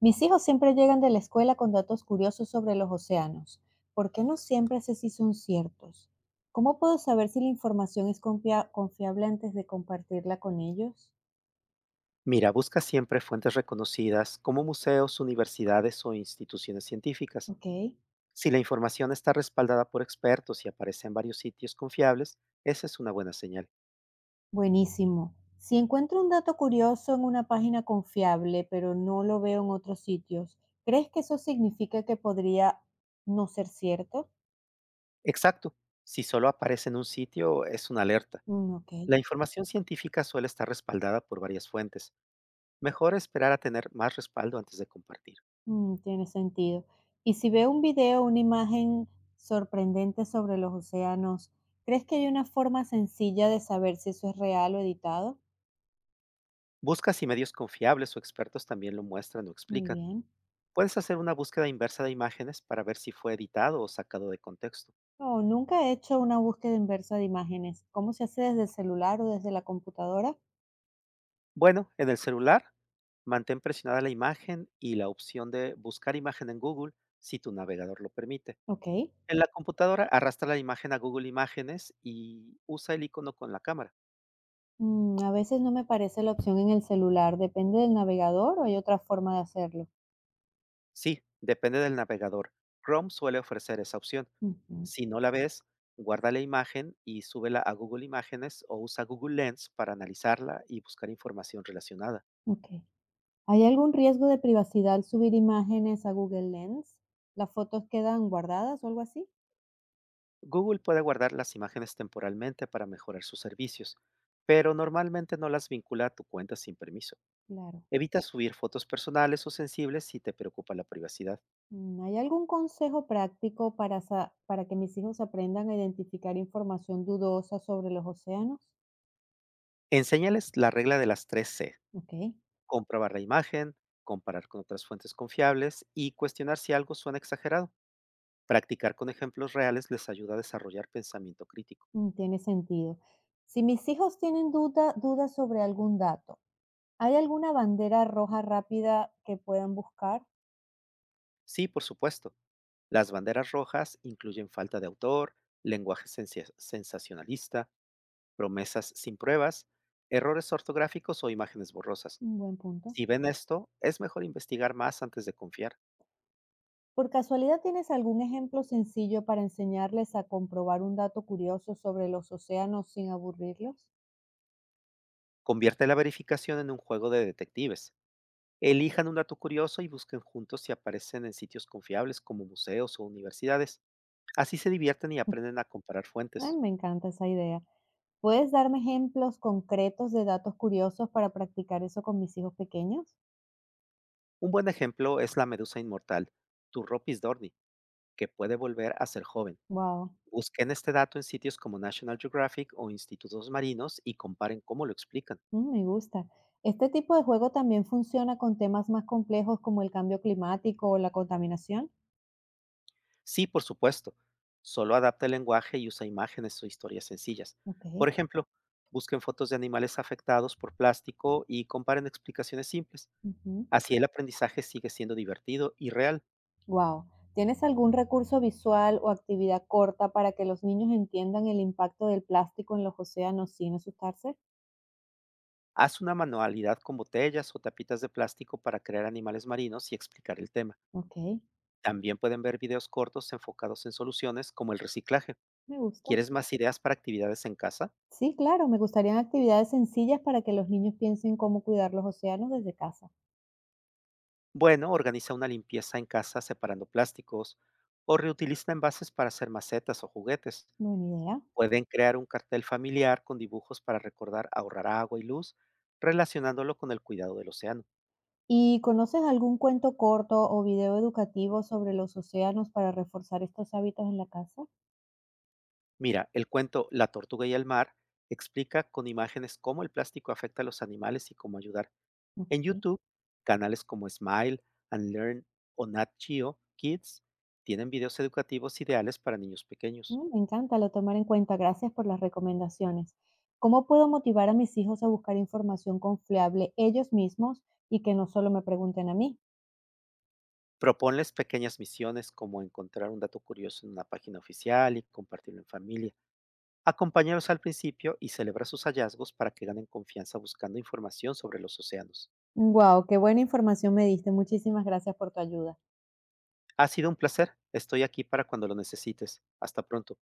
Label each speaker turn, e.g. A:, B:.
A: Mis hijos siempre llegan de la escuela con datos curiosos sobre los océanos. ¿Por qué no siempre sé si son ciertos? ¿Cómo puedo saber si la información es confiable antes de compartirla con ellos?
B: Mira, busca siempre fuentes reconocidas como museos, universidades o instituciones científicas.
A: Ok,
B: Si la información está respaldada por expertos y aparece en varios sitios confiables, esa es una buena señal.
A: buenísimo. Si encuentro un dato curioso en una página confiable, pero no lo veo en otros sitios, ¿crees que eso significa que podría no ser cierto?
B: Exacto. Si solo aparece en un sitio, es una alerta.
A: Mm, ok.
B: La información científica suele estar respaldada por varias fuentes. Mejor esperar a tener más respaldo antes de compartir.
A: Mm, tiene sentido. Y si veo un video o una imagen sorprendente sobre los océanos, ¿crees que hay una forma sencilla de saber si eso es real o editado?
B: Busca si medios confiables o expertos también lo muestran o
A: Muy
B: explican.
A: bien.
B: Puedes hacer una búsqueda inversa de imágenes para ver si fue editado o sacado de contexto.
A: No, nunca he hecho una búsqueda inversa de imágenes. ¿Cómo se hace desde el celular o desde la computadora?
B: Bueno, en el celular, mantén presionada la imagen y la opción de buscar imagen en Google si tu navegador lo permite.
A: Ok.
B: En la computadora, arrastra la imagen a Google Imágenes y usa el icono con la cámara.
A: Mm, a veces no me parece la opción en el celular. ¿Depende del navegador o hay otra forma de hacerlo?
B: Sí, depende del navegador. Chrome suele ofrecer esa opción.
A: Ujú.
B: Si no la ves, guarda la imagen y súbela a Google Imágenes o usa Google Lens para analizarla y buscar información relacionada.
A: Ok. ¿Hay algún riesgo de privacidad al subir imágenes a Google Lens? ¿Las fotos quedan guardadas o algo así?
B: Google puede guardar las imágenes temporalmente para mejorar sus servicios, pero normalmente no las vincula a tu cuenta sin permiso.
A: Claro.
B: Evita subir fotos personales o sensibles si te preocupa la privacidad.
A: Mm, ¿hay algún consejo práctico para, para que mis hijos aprendan a identificar información dudosa sobre los océanos?
B: Enséñales la regla de las tres c.
A: Ok,
B: Comprobar la imagen, comparar con otras fuentes confiables y cuestionar si algo suena exagerado. Practicar con ejemplos reales les ayuda a desarrollar pensamiento crítico.
A: mm, tiene sentido. Si mis hijos tienen dudas sobre algún dato, ¿hay alguna bandera roja rápida que puedan buscar?
B: Sí, por supuesto. Las banderas rojas incluyen falta de autor, lenguaje sensacionalista, promesas sin pruebas, errores ortográficos o imágenes borrosas.
A: Un buen punto.
B: Si ven esto, es mejor investigar más antes de confiar.
A: ¿Por casualidad tienes algún ejemplo sencillo para enseñarles a comprobar un dato curioso sobre los océanos sin aburrirlos?
B: Convierte la verificación en un juego de detectives. Elijan un dato curioso y busquen juntos si aparecen en sitios confiables como museos o universidades. Así se divierten y aprenden a comparar
A: Ay,
B: fuentes.
A: me encanta esa idea. ¿Puedes darme ejemplos concretos de datos curiosos para practicar eso con mis hijos pequeños?
B: Un buen ejemplo es la medusa inmortal, Turropis dorni, que puede volver a ser joven.
A: Wow,
B: Busquen este dato en sitios como National Geographic o institutos marinos y comparen cómo lo explican.
A: mm, me gusta. ¿Este tipo de juego también funciona con temas más complejos como el cambio climático o la contaminación?
B: Sí, por supuesto. Solo adapta el lenguaje y usa imágenes o historias sencillas.
A: Ok.
B: Por ejemplo, busquen fotos de animales afectados por plástico y comparen explicaciones simples. Así el aprendizaje sigue siendo divertido y real.
A: Wow. ¿Tienes algún recurso visual o actividad corta para que los niños entiendan el impacto del plástico en los océanos sin asustarse?
B: Haz una manualidad con botellas o tapitas de plástico para crear animales marinos y explicar el tema.
A: Ok,
B: También pueden ver videos cortos enfocados en soluciones como el reciclaje.
A: me gusta.
B: ¿Quieres más ideas para actividades en casa?
A: Sí, claro, me gustarían actividades sencillas para que los niños piensen cómo cuidar los océanos desde casa.
B: Bueno, organiza una limpieza en casa separando plásticos o reutiliza envases para hacer macetas o juguetes.
A: Buena idea.
B: Pueden crear un cartel familiar con dibujos para recordar ahorrar agua y luz, relacionándolo con el cuidado del océano.
A: ¿Y conoces algún cuento corto o video educativo sobre los océanos para reforzar estos hábitos en la casa?
B: Mira, el cuento La tortuga y el mar explica con imágenes cómo el plástico afecta a los animales y cómo ayudar. En
A: Ok.
B: YouTube, canales como Smile, Unlearn o Nat Geo Kids tienen videos educativos ideales para niños pequeños.
A: Mm, me encanta, lo tomar en cuenta. Gracias por las recomendaciones. ¿Cómo puedo motivar a mis hijos a buscar información confiable ellos mismos y que no solo me pregunten a mí?
B: Proponles pequeñas misiones como encontrar un dato curioso en una página oficial y compartirlo en familia. Acompáñalos al principio y celebra sus hallazgos para que ganen confianza buscando información sobre los océanos.
A: Wow, qué buena información me diste. Muchísimas gracias por tu ayuda.
B: Ha sido un placer. Estoy aquí para cuando lo necesites. Hasta pronto.